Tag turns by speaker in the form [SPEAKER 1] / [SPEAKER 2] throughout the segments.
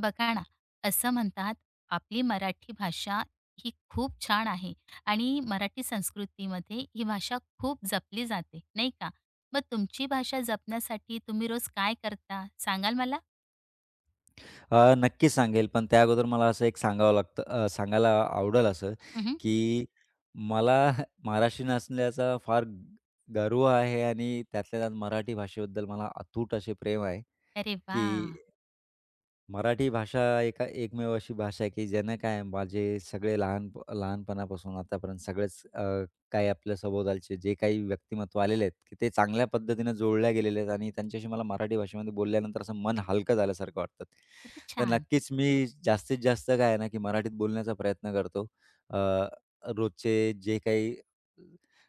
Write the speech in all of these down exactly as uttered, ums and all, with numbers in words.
[SPEAKER 1] बघा ना, असं म्हणतात आपली मराठी भाषा ही खूप छान आहे आणि मराठी संस्कृतीमध्ये ही भाषा खूप जपली जाते, नाही का? मग तुमची भाषा जपण्यासाठी तुम्ही रोज काय करता, सांगाल मला?
[SPEAKER 2] अ, नक्की सांगेल, पण त्या अगोदर मला असं एक सांगावं लागतं अ, सांगायला आवडेल असं,
[SPEAKER 1] हं.
[SPEAKER 2] की मला महाराष्ट्रीयन असल्याचा फार गर्व आहे आणि त्यातल्या त्यात मराठी भाषेबद्दल मला अतूट असे प्रेम आहे,
[SPEAKER 1] अरे
[SPEAKER 2] की
[SPEAKER 1] वाह!
[SPEAKER 2] मराठी भाषा एका एकमेव अशी भाषा आहे, की ज्यानं काय माझे सगळे लहान लहानपणापासून आतापर्यंत सगळेच अ, काही आपल्या सभोवतालचे जे काही व्यक्तिमत्व आलेले आहेत, की ते चांगल्या पद्धतीनं जोडल्या गेलेले आहेत आणि त्यांच्याशी मला मराठी भाषेमध्ये बोलल्यानंतर असं मन हलकं झाल्यासारखं वाटतं.
[SPEAKER 1] किती
[SPEAKER 2] तर
[SPEAKER 1] छान.
[SPEAKER 2] नक्कीच मी जास्तीत जास्त काय आहे ना, की मराठीत बोलण्याचा प्रयत्न करतो. अ, रोजचे जे काही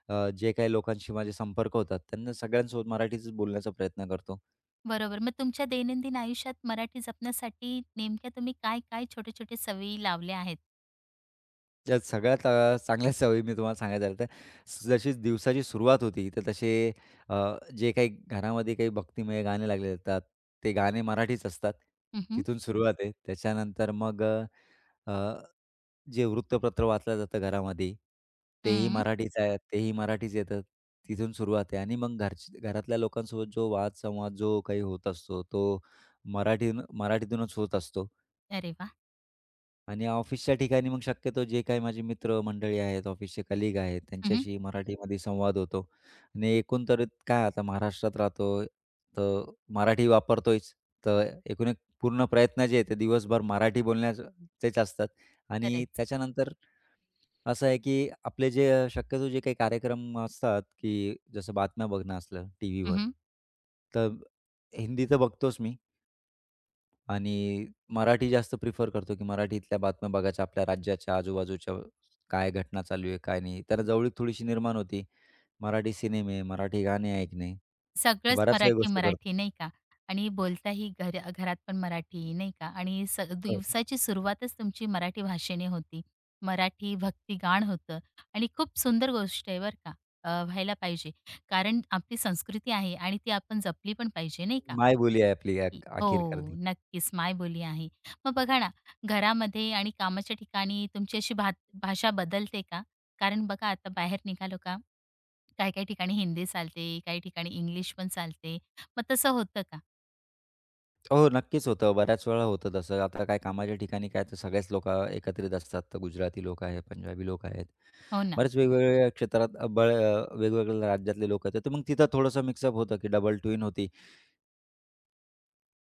[SPEAKER 2] अ, जे काही लोकांशी माझे संपर्क होतात, त्यांना सगळ्यांसोबत मराठीतच बोलण्याचा प्रयत्न करतो.
[SPEAKER 1] बरोबर. मग तुमच्या दैनंदिन आयुष्यात मराठी जपण्यासाठी नेमक्या तुम्ही काय-काय छोटे-छोटे सवयी लावल्या आहेत?
[SPEAKER 2] या सगळ्यात अ, चांगल्या सवयी मी तुम्हाला सांगायचं झालं तर, स- जशी दिवसाची सुरुवात होती, तर तसे अ, जे काही घरामध्ये काही भक्तिमय गाणे लागले जातात, ते गाणे मराठीच असतात.
[SPEAKER 1] हं, हं.
[SPEAKER 2] तिथून सुरुवात आहे. त्याच्यानंतर मग अ, जे वृत्तपत्र वाचलं जातं घरामध्ये, तेही मराठीच आहे, तेही मराठीच येतं. तिथून सुरुवात आहे आणि मग घरची घरातल्या लोकांसोबत जो वादसंवाद जो काही होत असतो, तो मराठी मराठीतूनच होत असतो.
[SPEAKER 1] अरे वाह!
[SPEAKER 2] आणि ऑफिसच्या ठिकाणी मग शक्यतो जे काही माझे मित्रमंडळी आहेत, ऑफिसचे कलीग आहेत,
[SPEAKER 1] हं.
[SPEAKER 2] त्यांच्याशी मराठीमध्ये संवाद होतो. आणि एकूण तर काय आता महाराष्ट्रात राहतो, तर मराठी वापरतोयच. तर एकूण एक पूर्ण प्रयत्न जे आहे ते दिवसभर मराठी बोलण्याचेच असतात. आणि
[SPEAKER 1] खरंच.
[SPEAKER 2] त्याच्यानंतर असं आहे, की आपले जे अ, शक्यतो जे काही कार्यक्रम असतात, की जसं बातम्या बघणं असलं टीव्हीवर, तर हिंदी तर बघतोच मी. आणि मराठी जास्त प्रिफर करतो, की मराठीतल्या बातम्या बघायच्या, आपल्या राज्याच्या आजूबाजूच्या काय घटना चालू आहे, काय नाही. तर जवळीक थोडीशी निर्माण होती. मराठी सिनेमे, मराठी गाणे ऐकणे, हे
[SPEAKER 1] सगळंच
[SPEAKER 2] बऱ्याच काही
[SPEAKER 1] मराठी,
[SPEAKER 2] गोष्टी करतो.
[SPEAKER 1] मराठी नाही का? आणि बोलताही घर घरात पण मराठी नाही का? आणि स
[SPEAKER 2] हो.
[SPEAKER 1] दिवसाची सुरुवातच तुमची मराठी भाषेने होती. मराठी भक्तिगाण होतं आणि खूप सुंदर गोष्ट आहे बरं का. अ, व्हायला पाहिजे. कारण आपली संस्कृती आहे आणि ती आपण जपली पण पाहिजे नाही का?
[SPEAKER 2] मायबोली आहे आपली
[SPEAKER 1] इ-
[SPEAKER 2] अख
[SPEAKER 1] हो,
[SPEAKER 2] आखिरकार ती.
[SPEAKER 1] नक्कीच मायबोली आहे. मग बघा ना, घरामध्ये आणि कामाच्या ठिकाणी तुमची अशी भा भाषा बदलते का? कारण बघा, आता बाहेर निघालो का, काही काही ठिकाणी हिंदी चालते, काही ठिकाणी इंग्लिश पण चालते. मग तसं होतं का?
[SPEAKER 2] हो, नक्कीच होतं. बऱ्याच वेळा होतं तसं. आता काय कामाच्या ठिकाणी काय तर सगळेच लोकं एकत्रित असतात. तर गुजराती लोकं आहेत, पंजाबी लोकं आहेत.
[SPEAKER 1] हो ना.
[SPEAKER 2] बरेच वेगवेगळ्या क्षेत्रात अ, बळ अ, वेगवेगळ्या राज्यातले लोकं आहेत. तर मग तिथं थोडंसं मिक्सअप होतं, की डबल ट्विन होती.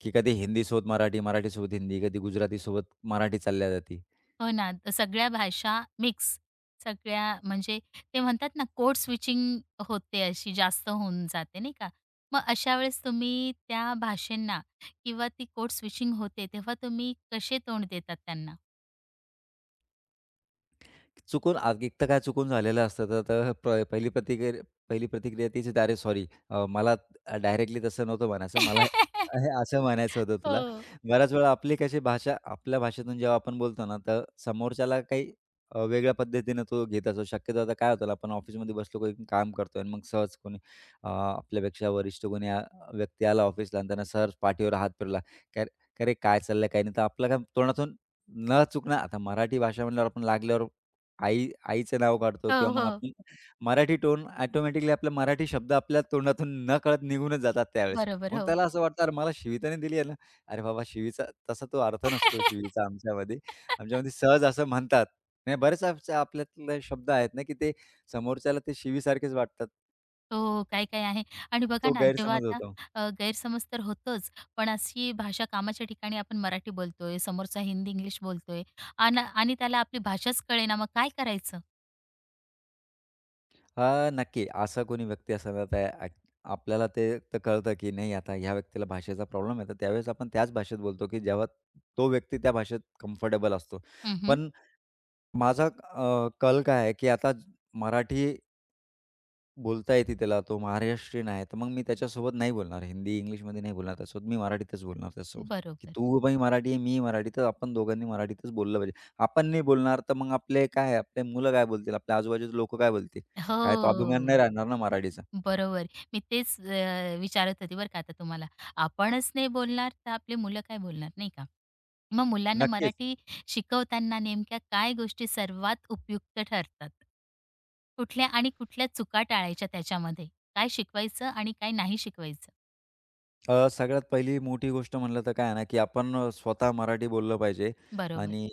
[SPEAKER 2] की कधी हिंदीसोबत मराठी, मराठीसोबत हिंदी, कधी गुजरातीसोबत मराठी चालल्या जाती.
[SPEAKER 1] हो ना, तर सगळ्या भाषा मिक्स, सगळ्या म्हणजे ते म्हणतात ना कोड स्विचिंग होते, अशी जास्त होऊन जाते नाही का? मग अशा वेळेस तुम्ही त्या भाषेंना, किंवा ती कोड स्विचिंग होते तेव्हा तुम्ही कसे तोंड देतात त्यांना?
[SPEAKER 2] चुकून आग एक तर काय चुकून झालेलं असतं, तर तर प पहिली प्रतिक्रिया पहिली प्रतिक्रिया तीच येते, "अरे सॉरी, अ, मला डायरेक्टली तसं नव्हतं म्हणायचं. मला हे असं म्हणायचं होतं तुला."
[SPEAKER 1] हो,
[SPEAKER 2] बऱ्याच वेळा आपली कशी भाषा आपल्या भाषेतून जेव्हा आपण बोलतो ना, तर समोरच्याला काही अ, वेगळ्या पद्धतीनं तो घेत असतो. शक्यतो आता काय होतं, आपण ऑफिसमध्ये बसलो, कोणी काम करतोय आणि मग सहज कोणी अ, आपल्यापेक्षा वरिष्ठ कोणी आ व्यक्ती आला ऑफिसला आणि त्यांना सहज पाठीवर हात फिरवला. "काय काय रे, काय चाललंय, काय नाही?" तर आपलं काय तोंडातून न चुकणं आता मराठी भाषा म्हणल्यावर आपण लागल्यावर आई आईचं नाव काढतो
[SPEAKER 1] हो,
[SPEAKER 2] किंवा मग
[SPEAKER 1] हो.
[SPEAKER 2] आपण मराठी टोन ऑटोमॅटिकली आपला मराठी शब्द आपल्या तोंडातून नकळत निघूनच जातात त्यावेळेस.
[SPEAKER 1] बरोबर,
[SPEAKER 2] मग
[SPEAKER 1] हो.
[SPEAKER 2] त्याला असं वाटतं, "अरे मला शिविताने दिली आहे ना." अरे बाबा शिवीचा तसा तो अर्थ नसतो शिवीचा आमच्यामध्ये. आमच्यामध्ये सहज असं म्हणतात. नाही बरेच आपल्या आपल्यातले शब्द आहेत ना, की ते समोरच्याला ते शिवीसारखेच वाटतात.
[SPEAKER 1] हो, काय-काय आहे. आणि बघा
[SPEAKER 2] तो
[SPEAKER 1] ना, जेव्हा
[SPEAKER 2] गैरसमज
[SPEAKER 1] आता
[SPEAKER 2] होतो.
[SPEAKER 1] अ, गैरसमज तर होतोच, पण अशी भाषा कामाच्या ठिकाणी आपण मराठी बोलतोय, समोरचा हिंदी, इंग्लिश बोलतोय, अन् आणि त्याला आपली भाषाच कळेना, मग काय करायचं?
[SPEAKER 2] हां, नक्की. असा कोणी व्यक्ती असेल त्या ॲक आपल्याला ते तर कळतं, की नाही आता ह्या व्यक्तीला भाषेचा प्रॉब्लेम आहे. तर त्यावेळेस आपण त्याच भाषेत बोलतो, की जेव्हा तो व्यक्ती त्या भाषेत कम्फर्टेबल असतो.
[SPEAKER 1] हं, हं.
[SPEAKER 2] पण माझा अ, कल काय आहे, की आता मराठी बोलता येते त्याला, तो महाराष्ट्रीयन आहे, तर मग मी त्याच्यासोबत नाही बोलणार. हिंदी, इंग्लिशमध्ये नाही बोलणार त्याच्यासोबत. मी मराठीतच बोलणार त्याच्यासोबत, की
[SPEAKER 1] बरोबर.
[SPEAKER 2] तू बाई मराठी आहे, मी मराठी, तर आपण दोघांनी मराठीतच बोललं पाहिजे. आपण नाही बोलणार, तर मग आपले काय आहे, आपले मुलं काय बोलतील, आपल्या आजूबाजूचे लोकं काय बोलतील? काय तो
[SPEAKER 1] हो,
[SPEAKER 2] अभिमान नाही राहणार ना मराठीचा.
[SPEAKER 1] बरोबर. मी तेच अ, विचारत होती बरं का आता तुम्हाला. आपणच नाही बोलणार, तर आपली मुलं काय बोलणार, नाही का? मग मुलांना
[SPEAKER 2] नक्कीच.
[SPEAKER 1] मराठी शिकवताना नेमक्या काय गोष्टी सर्वात उपयुक्त ठरतात? कुठल्या आणि कुठल्या चुका टाळायच्या त्याच्यामध्ये? काय शिकवायचं आणि काय नाही शिकवायचं?
[SPEAKER 2] अ, सगळ्यात पहिली मोठी गोष्ट म्हटलं तर काय आहे ना, की आपण अ, स्वतः मराठी बोललं पाहिजे
[SPEAKER 1] बरोबर.
[SPEAKER 2] आणि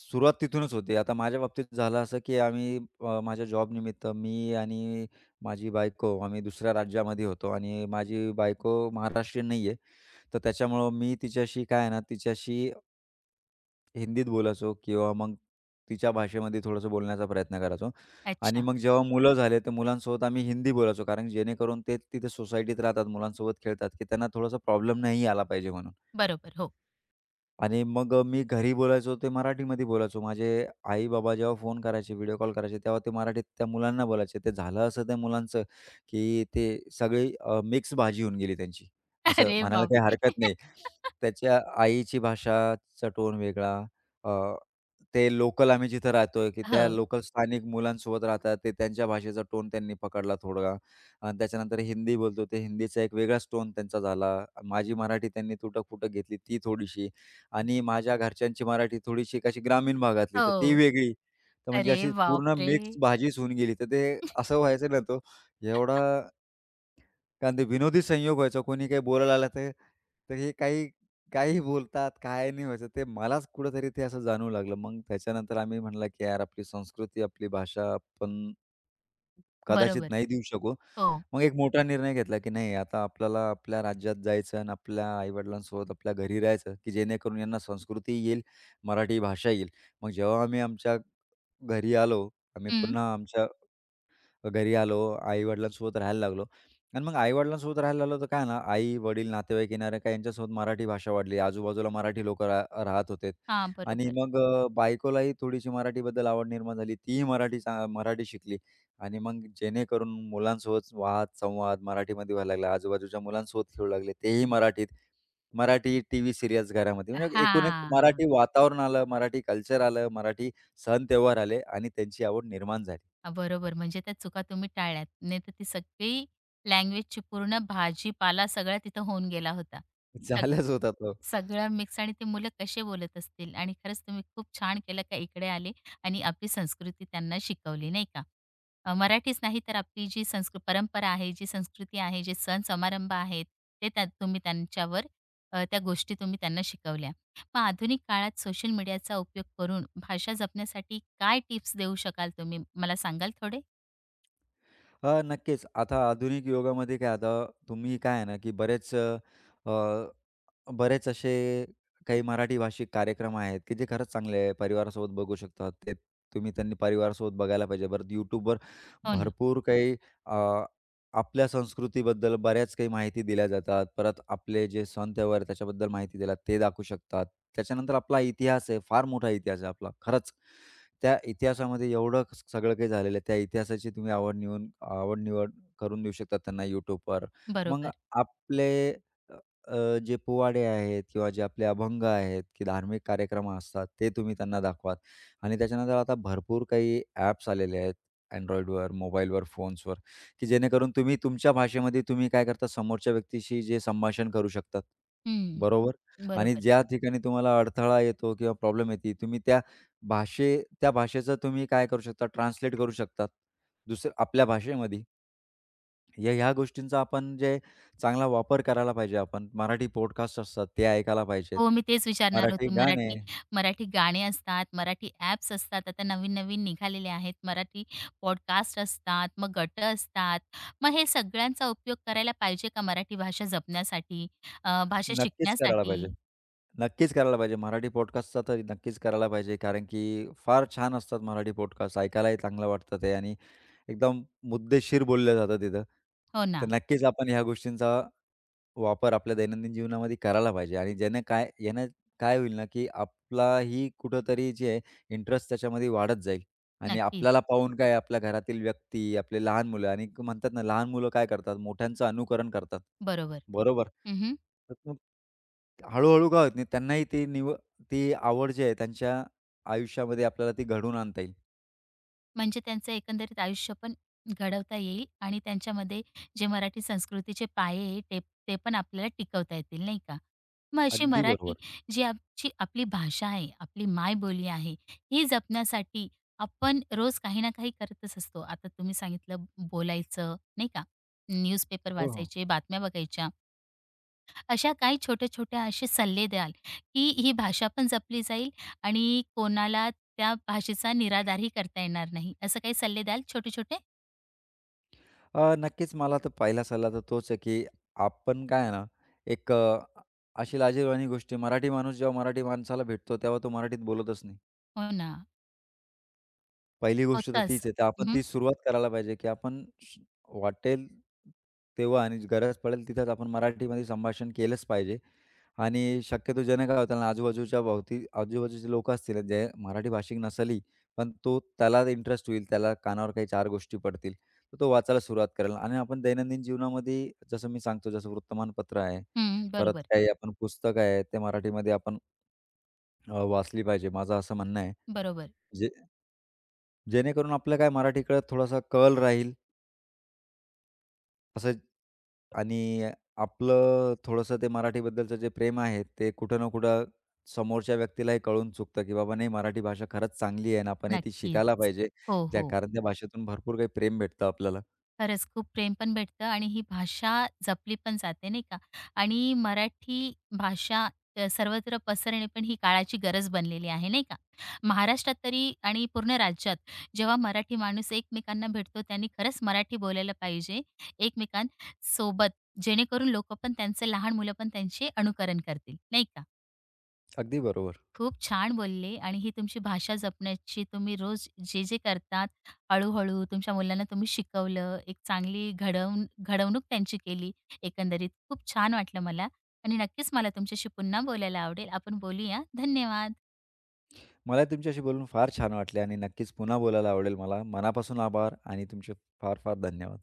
[SPEAKER 2] सुरुवात तिथूनच होते. आता माझ्या बाबतीत झालं असं, की आम्ही अ, माझ्या जॉब निमित्त मी आणि माझी बायको आम्ही दुसऱ्या राज्यामध्ये होतो आणि माझी बायको महाराष्ट्रीयन नाही आहे. तर त्याच्यामुळं मी तिच्याशी काय आहे ना, तिच्याशी हिंदीत बोलायचो किंवा मग तिच्या भाषेमध्ये थोडंसं बोलण्याचा प्रयत्न करायचो आणि
[SPEAKER 1] अच्छा.
[SPEAKER 2] मग जेव्हा मुलं झाले, तर मुलांसोबत आम्ही हिंदी बोलायचो कारण जेणेकरून ते तिथे सोसायटीत राहतात, मुलांसोबत खेळतात, की त्यांना थोडासा प्रॉब्लेम नाही आला पाहिजे म्हणून.
[SPEAKER 1] बरोबर. हो.
[SPEAKER 2] आणि मग अ, मी घरी बोलायचो ते मराठीमध्ये बोलायचो. माझे आई-बाबा जेव्हा फोन करायचे, व्हिडिओ कॉल करायचे, तेव्हा ते मराठीत त्या मुलांना बोलायचे. ते झालं असं त्या मुलांचं, की ते सगळी मिक्स भाजी होऊन गेली त्यांची. असं
[SPEAKER 1] अरे
[SPEAKER 2] म्हणायला काही
[SPEAKER 1] बापरे!
[SPEAKER 2] हरकत नाही. त्याच्या आईची भाषाचा टोन वेगळा. अ, ते लोकल आम्ही जिथं राहतोय, की
[SPEAKER 1] हो.
[SPEAKER 2] त्या लोकल स्थानिक मुलांसोबत राहतात. ते त्यांच्या भाषेचा टोन त्यांनी पकडला थोडा. आणि त्याच्यानंतर हिंदी बोलतो, ते हिंदीचा एक वेगळाच टोन त्यांचा झाला. माझी मराठी त्यांनी तुटक-फुटक घेतली ती थोडीशी. आणि माझ्या घरच्यांची मराठी थोडीशी कशी ग्रामीण भागातली, तर ती
[SPEAKER 1] हो.
[SPEAKER 2] वेगळी. तर म्हणजे
[SPEAKER 1] अरे
[SPEAKER 2] अशी पूर्ण
[SPEAKER 1] बापरे!
[SPEAKER 2] मिक्स भाजीच होऊन गेली. तर ते असं व्हायचं ना, तो एवढा कारण ते विनोदी संयोग व्हायचा. कोणी काही बोलायला आलं तर, तर हे काही काहीही बोलतात, काय नाही व्हायचं. ते मलाच कुठेतरी ते असं जाणवू लागलं. मग त्याच्यानंतर आम्ही म्हणलं, की यार आपली संस्कृती, आपली भाषा आपण कदाचित
[SPEAKER 1] बरोबर.
[SPEAKER 2] नाही देऊ शकू.
[SPEAKER 1] हो.
[SPEAKER 2] मग एक मोठा निर्णय घेतला, की नाही आता आपल्याला आपल्या राज्यात जायचं आणि आपल्या आई आपल्या घरी राहायचं, की जेणेकरून यांना संस्कृती येईल, मराठी भाषा येईल. मग जेव्हा आम्ही आमच्या घरी आलो, आम्ही
[SPEAKER 1] हं.
[SPEAKER 2] पुन्हा आमच्या घरी आलो, आई-वडिलांसोबत राहायला लागलो आणि मग आई-वडिलांसोबत राहायला लागलो तर काय ना, आई-वडील, नातेवाईक येणारे काय यांच्यासोबत मराठी भाषा वाढली. आजूबाजूला मराठी लोकं राहत होते
[SPEAKER 1] हां,
[SPEAKER 2] आणि
[SPEAKER 1] बरोबर.
[SPEAKER 2] मग अ, बायकोलाही थोडीशी मराठीबद्दल आवड निर्माण झाली. तीही मराठी चा मराठी शिकली आणि मग जेणेकरून मुलांसोबत वाद-संवाद मराठीमध्ये व्हायला लागला. आजूबाजूच्या मुलांसोबत खेळू लागले, तेही मराठीत. मराठी टीव्ही सीरियल्स घरामध्ये म्हणजे एकूण एक
[SPEAKER 1] हां.
[SPEAKER 2] मराठी वातावरण आलं, मराठी कल्चर आलं, मराठी सण-त्योहार आले आणि त्यांची आवड निर्माण झाली.
[SPEAKER 1] बरोबर. म्हणजे त्या चुका तुम्ही टाळल्यात. नाहीतर ती सगळी लँग्वेजची पूर्ण भाजीपाला सगळा तिथं होऊन गेला होता.
[SPEAKER 2] झाल्याच होता तो.
[SPEAKER 1] सगळं मिक्स आणि ते मुलं कसे बोलत असतील, आणि खरंच तुम्ही खूप छान केलं का इकडे आले आणि आपली संस्कृती त्यांना शिकवली नाही का? अ, मराठीच नाही, तर आपली जी संस्कृ परंपरा आहे, जी संस्कृती आहे, जे सण समारंभ आहेत, ते त्या तुम्ही त्यांच्यावर, अ, त्या गोष्टी तुम्ही त्यांना शिकवल्या. मग आधुनिक काळात सोशल मीडियाचा उपयोग करून भाषा जपण्यासाठी काय टिप्स देऊ शकाल तुम्ही? मला सांगाल थोडे?
[SPEAKER 2] अ, नक्कीच. आता आधुनिक युगामध्ये काय आता तुम्ही काय आहे ना, की बरेच अ, अ, बरेच असे काही मराठी भाषिक कार्यक्रम आहेत, की जे खरंच चांगले आहे. परिवारासोबत बघू शकतात. ते तुम्ही त्यांनी परिवारासोबत बघायला पाहिजे. परत यूट्यूबवर
[SPEAKER 1] हो ना.
[SPEAKER 2] भरपूर काही अ, आपल्या संस्कृतीबद्दल बऱ्याच काही माहिती दिल्या जातात. परत आपले जे सण त्योहार आहे, त्याच्याबद्दल माहिती दिला ते दाखवू शकतात. त्याच्यानंतर आपला इतिहास आहे, फार मोठा इतिहास आहे आपला खरंच. त्या इतिहासामध्ये एवढं स सगळं काही झालेलं आहे. त्या इतिहासाची तुम्ही आवड निवून आवड निवड करून देऊ शकता त्यांना यूट्यूबवर. मग
[SPEAKER 1] बरोबर.
[SPEAKER 2] आपले अ, जे पोवाडे आहेत किंवा जे आपले अभंग आहेत, की धार्मिक कार्यक्रम असतात, ते तुम्ही त्यांना दाखवाल आणि त्याच्यानंतर आता भरपूर काही ॲप्स आलेले आहेत अँड्रॉइडवर, मोबाईलवर, फोन्सवर, की जेणेकरून तुम्ही तुमच्या भाषेमध्ये तुम्ही काय करता, समोरच्या व्यक्तीशी जे संभाषण करू शकतात,
[SPEAKER 1] हं,
[SPEAKER 2] बरोबर? आणि
[SPEAKER 1] बरोबर.
[SPEAKER 2] ज्या ठिकाणी तुम्हाला अडथळा येतो किंवा प्रॉब्लेम येते, तुम्ही त्या भाषे त्या भाषेचं तुम्ही काय करू शकता, ट्रान्सलेट करू शकतात, दुसऱ्या आपल्या भाषेमध्ये. या ह्या गोष्टींचा आपण जे चांगला वापर करायला पाहिजे आपण. मराठी पॉडकास्ट असतात ते ऐकायला पाहिजेत.
[SPEAKER 1] हो, मी तेच विचारणार
[SPEAKER 2] मराठी
[SPEAKER 1] होते.
[SPEAKER 2] गाणे
[SPEAKER 1] मराठी मराठी गाणे असतात, मराठी ॲप्स असतात. आता नवीन-नवीन निघालेले आहेत. मराठी पॉडकास्ट असतात, मग गटं असतात. मग हे सगळ्यांचा उपयोग करायला पाहिजे का मराठी भाषा जपण्यासाठी, अ, भाषा
[SPEAKER 2] नक्कीच करायला पाहिजे.
[SPEAKER 1] शिकण्यासाठी?
[SPEAKER 2] नक्कीच करायला पाहिजे. मराठी पॉडकास्टचा तर नक्कीच करायला पाहिजे. कारण की फार छान असतात मराठी पॉडकास्ट. ऐकायलाही चांगलं वाटतं ते आणि एकदम मुद्देशीर बोललं जातं तिथं.
[SPEAKER 1] हो
[SPEAKER 2] तर
[SPEAKER 1] ना,
[SPEAKER 2] नक्कीच आपण ह्या गोष्टींचा वापर आपल्या दैनंदिन जीवनामध्ये करायला पाहिजे आणि ज्याने काय यानं काय होईल ना, की आपलाही कुठेतरी जे आहे इंटरेस्ट त्याच्यामध्ये वाढत जाईल आणि
[SPEAKER 1] नक्कीच.
[SPEAKER 2] आपल्याला पाहून काय आपल्या घरातील व्यक्ती, आपले लहान मुलं आणि क- म्हणतात ना, लहान मुलं काय करतात मोठ्यांचं अनुकरण करतात.
[SPEAKER 1] बरोबर.
[SPEAKER 2] बरोबर.
[SPEAKER 1] हं,
[SPEAKER 2] तर मग हळू-हळू काय होत नाही त्यांनाही ती निव ती आवड जी आहे त्यांच्या आयुष्यामध्ये आपल्याला ती घडवून आणता येईल.
[SPEAKER 1] म्हणजे त्यांचं एकंदरीत आयुष्य पण घडवता येईल आणि त्यांच्यामध्ये जे मराठी संस्कृतीचे पाये आहे, ते ते पण आपल्याला टिकवता येतील, नाही का? मग अशी
[SPEAKER 2] अगदी
[SPEAKER 1] मराठी,
[SPEAKER 2] बरोबर.
[SPEAKER 1] जी आमची आपली भाषा आहे, आपली मायबोली आहे, ही जपण्यासाठी आपण रोज काही ना काही करतच असतो. आता तुम्ही सांगितलं, बोलायचं, नाही का? न्यूजपेपर
[SPEAKER 2] हो, हो.
[SPEAKER 1] वाचायचे, बातम्या बघायच्या. अशा काही छोट्या-छोट्या असे सल्ले द्याल, की ही भाषा पण जपली जाईल आणि कोणाला त्या भाषेचा निराधारही करता येणार नाही. असं काही सल्ले द्याल छोटे-छोटे?
[SPEAKER 2] अ, नक्कीच मला तर पहिला सल्ला तर तोच आहे, की आपण काय आहे ना, एक अ, अशी लाजिरवाणी गोष्ट आहे, मराठी माणूस जेव्हा मराठी माणसाला भेटतो, तेव्हा तो मराठीत बोलतच नाही.
[SPEAKER 1] हो ना.
[SPEAKER 2] पहिली गोष्ट तर
[SPEAKER 1] होतं
[SPEAKER 2] तीच
[SPEAKER 1] असं.
[SPEAKER 2] आहे. तर आपण
[SPEAKER 1] हं,
[SPEAKER 2] ती सुरुवात करायला पाहिजे, की आपण श वाटेल तेव्हा आणि गरज पडेल तिथेच आपण मराठीमध्ये संभाषण केलंच पाहिजे. आणि शक्यतो ज्याने काय होतं ना, आजूबाजूच्या भोवती आजूबाजूचे लोकं असतील जे मराठी भाषिक नसली, पण तो त्याला इंटरेस्ट होईल, त्याला कानावर काही चार गोष्टी पडतील, तर तो वाचायला सुरुवात करेल. आणि आपण दैनंदिन जीवनामध्ये जसं मी सांगतो, जसं वृत्तमानपत्र आहे,
[SPEAKER 1] हं.
[SPEAKER 2] परत
[SPEAKER 1] बरोबर,
[SPEAKER 2] काही आपण पुस्तकं आहेत, ते मराठीमध्ये आपण अ, वाचली पाहिजे. माझं असं म्हणणं आहे.
[SPEAKER 1] बरोबर.
[SPEAKER 2] जेणेकरून आपलं काय मराठीकडे थोडासा कल राहील असं आणि आपलं थोडंसं ते मराठीबद्दलचं जे प्रेम आहे ते कुठं ना कुठं समोरच्या व्यक्तीलाही कळून चुकतं की बाबा नाही मराठी भाषा खरंच चांगली आहे आणि आपण ती
[SPEAKER 1] नक्कीच.
[SPEAKER 2] शिकायला पाहिजे
[SPEAKER 1] हो,
[SPEAKER 2] ज्या
[SPEAKER 1] हो.
[SPEAKER 2] कारण त्या भाषेतून भरपूर काही प्रेम भेटतं आपल्याला.
[SPEAKER 1] खरंच खूप प्रेम पण भेटतं आणि ही भाषा जपली पण जाते नाही का? आणि मराठी भाषा अ, सर्वत्र पसरणे पण ही काळाची गरज बनलेली आहे नाही का? महाराष्ट्रात तरी आणि पूर्ण राज्यात, जेव्हा मराठी माणूस एकमेकांना भेटतो त्यांनी खरंच मराठी बोलायला पाहिजे एकमेकांसोबत, जेणेकरून लोक पण त्यांचे लहान मुलं पण त्यांचे अनुकरण करतील नाही का?
[SPEAKER 2] अगदी बरोबर.
[SPEAKER 1] खूप छान बोलले, आणि ही तुमची भाषा जपण्याची तुम्ही रोज जे जे करतात, हळूहळू तुमच्या मुलांना तुम्ही शिकवलं, एक चांगली घडवून घडवणूक त्यांची केली. एकंदरीत खूप छान वाटलं मला. आणि नक्कीच मला तुमच्याशी पुन्हा बोलायला आवडेल. आपण बोलूया. धन्यवाद.
[SPEAKER 2] मला तुमच्याशी बोलून फार छान वाटले आणि नक्कीच पुन्हा बोलायला आवडेल मला. मनापासून आभार आणि तुमचे फार फार धन्यवाद.